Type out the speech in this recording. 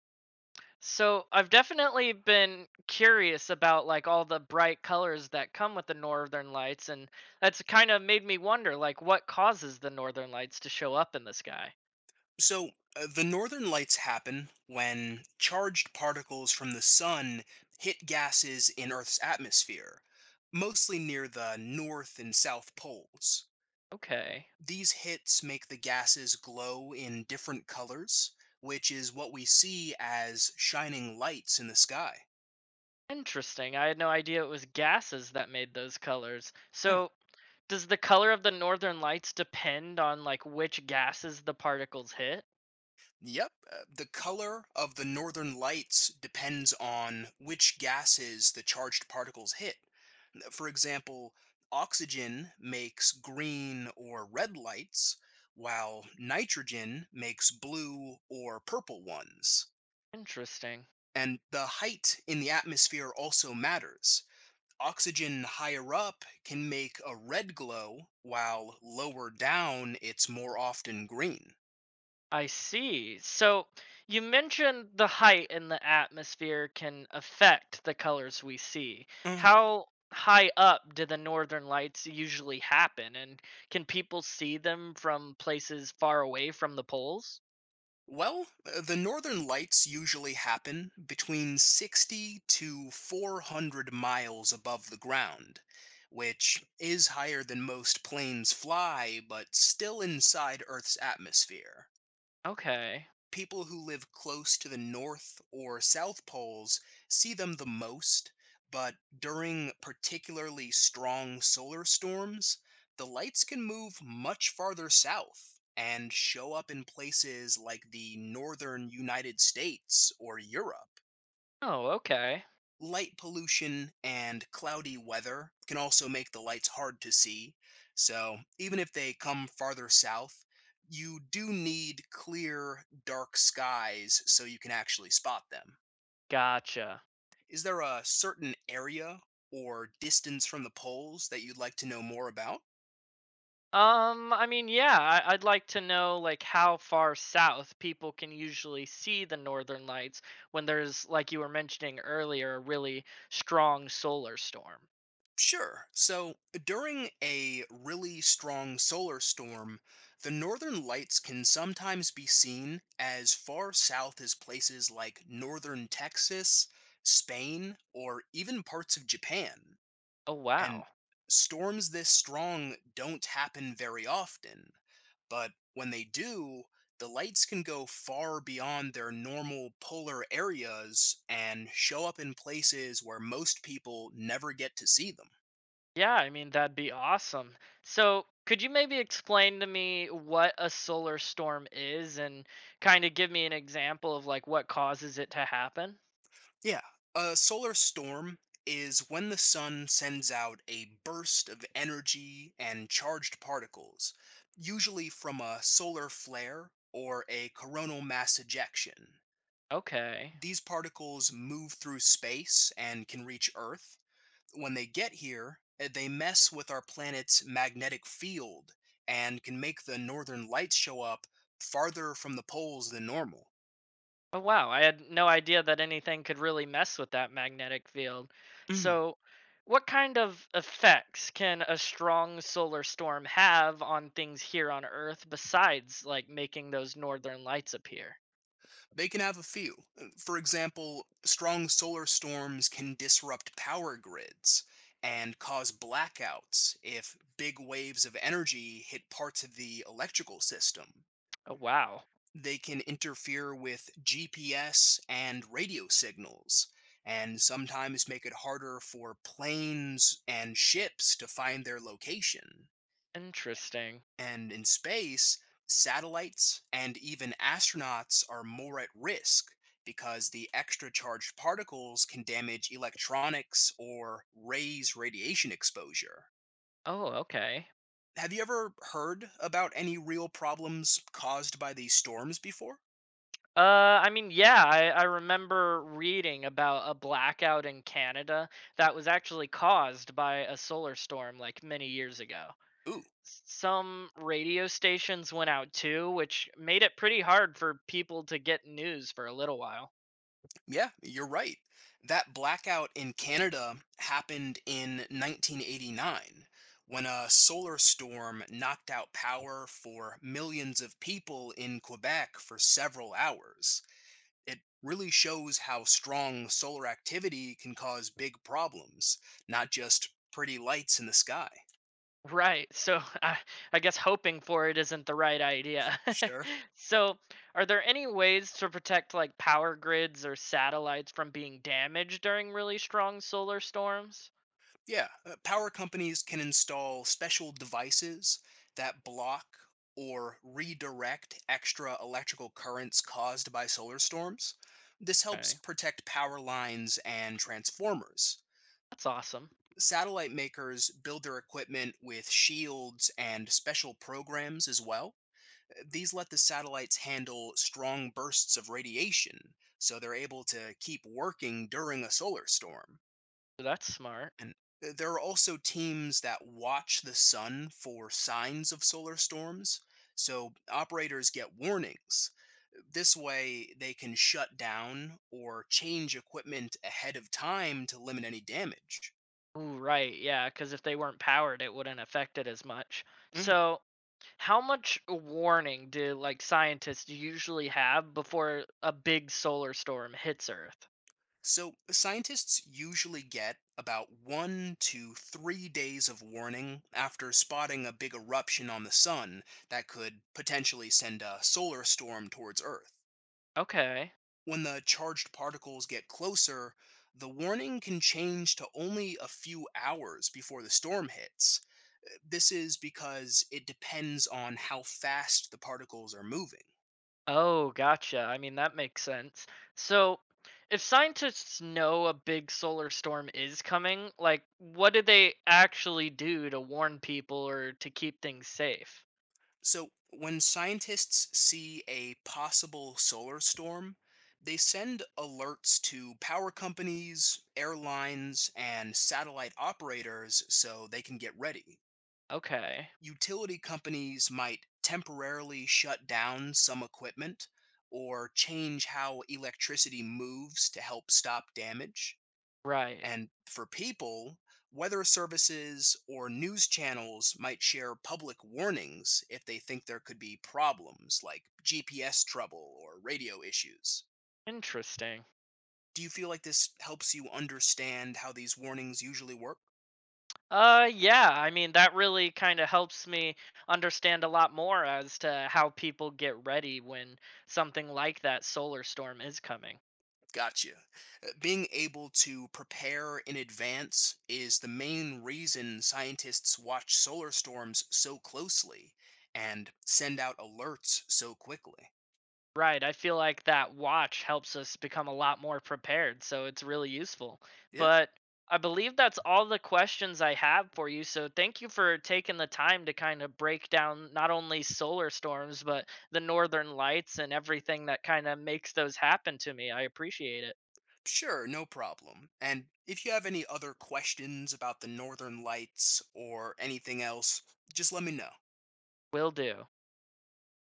So I've definitely been curious about like all the bright colors that come with the northern lights, and that's kind of made me wonder like what causes the northern lights to show up in the sky. So, the northern lights happen when charged particles from the sun hit gases in Earth's atmosphere, mostly near the north and south poles. Okay. These hits make the gases glow in different colors, which is what we see as shining lights in the sky. Interesting. I had no idea it was gases that made those colors. Mm. So does the color of the northern lights depend on like which gases the particles hit? Yep, the color of the northern lights depends on which gases the charged particles hit. For example, oxygen makes green or red lights, while nitrogen makes blue or purple ones. Interesting. And the height in the atmosphere also matters. Oxygen higher up can make a red glow, while lower down it's more often green. I see. So you mentioned the height in the atmosphere can affect the colors we see. Uh, How high up do the northern lights usually happen? And can people see them from places far away from the poles? Well, the northern lights usually happen between 60 to 400 miles above the ground, which is higher than most planes fly, but still inside Earth's atmosphere. Okay. People who live close to the North or South Poles see them the most, but during particularly strong solar storms, the lights can move much farther south and show up in places like the northern United States or Europe. Oh, okay. Light pollution and cloudy weather can also make the lights hard to see. So, even if they come farther south, you do need clear, dark skies so you can actually spot them. Gotcha. Is there a certain area or distance from the poles that you'd like to know more about? I mean, yeah, I'd like to know like how far south people can usually see the northern lights when there's, like you were mentioning earlier, a really strong solar storm. Sure. So during a really strong solar storm, the northern lights can sometimes be seen as far south as places like northern Texas, Spain, or even parts of Japan. Oh, And wow. storms this strong don't happen very often, but when they do, the lights can go far beyond their normal polar areas and show up in places where most people never get to see them. Yeah, I mean, that'd be awesome. So, could you maybe explain to me what a solar storm is and kind of give me an example of like what causes it to happen? Yeah, a solar storm is when the sun sends out a burst of energy and charged particles, usually from a solar flare or a coronal mass ejection. Okay. These particles move through space and can reach Earth. When they get here, they mess with our planet's magnetic field and can make the northern lights show up farther from the poles than normal. Oh, wow. I had no idea that anything could really mess with that magnetic field. So, what kind of effects can a strong solar storm have on things here on Earth besides like making those northern lights appear? They can have a few. For example, strong solar storms can disrupt power grids and cause blackouts if big waves of energy hit parts of the electrical system. Oh, wow. They can interfere with GPS and radio signals and sometimes make it harder for planes and ships to find their location. Interesting. And in space, satellites and even astronauts are more at risk because the extra charged particles can damage electronics or raise radiation exposure. Oh, okay. Have you ever heard about any real problems caused by these storms before? Uh, I mean, yeah, I remember reading about a blackout in Canada that was actually caused by a solar storm like many years ago. Ooh. Some radio stations went out too, which made it pretty hard for people to get news for a little while. Yeah, you're right. That blackout in Canada happened in 1989 when a solar storm knocked out power for millions of people in Quebec for several hours. It really shows how strong solar activity can cause big problems, not just pretty lights in the sky. Right, so I guess hoping for it isn't the right idea. Sure. So, are there any ways to protect like power grids or satellites from being damaged during really strong solar storms? Yeah, power companies can install special devices that block or redirect extra electrical currents caused by solar storms. This helps Okay, protect power lines and transformers. that's awesome. Satellite makers build their equipment with shields and special programs as well. These let the satellites handle strong bursts of radiation, so they're able to keep working during a solar storm. So that's smart. And there are also teams that watch the sun for signs of solar storms, so operators get warnings. This way, they can shut down or change equipment ahead of time to limit any damage. Ooh, right. Yeah, because if they weren't powered, it wouldn't affect it as much. hmm So, how much warning do like scientists usually have before a big solar storm hits Earth? So, scientists usually get about 1 to 3 days of warning after spotting a big eruption on the sun that could potentially send a solar storm towards Earth. Okay. When the charged particles get closer, the warning can change to only a few hours before the storm hits. This is because it depends on how fast the particles are moving. Oh, gotcha. I mean, that makes sense. So, if scientists know a big solar storm is coming, like, what do they actually do to warn people or to keep things safe? So, when scientists see a possible solar storm, they send alerts to power companies, airlines, and satellite operators so they can get ready. Okay. Utility companies might temporarily shut down some equipment or change how electricity moves to help stop damage. Right. And for people, weather services or news channels might share public warnings if they think there could be problems like GPS trouble or radio issues. Interesting. Do you feel like this helps you understand how these warnings usually work? Yeah, I mean, that really kind of helps me understand a lot more as to how people get ready when something like that solar storm is coming. Gotcha. Being able to prepare in advance is the main reason scientists watch solar storms so closely and send out alerts so quickly. Right, I feel like that watch helps us become a lot more prepared, so it's really useful. Yeah, But I believe that's all the questions I have for you, so thank you for taking the time to kind of break down not only solar storms, but the northern lights and everything that kind of makes those happen to me. I appreciate it. sure, no problem. And if you have any other questions about the northern lights or anything else, just let me know. Will do.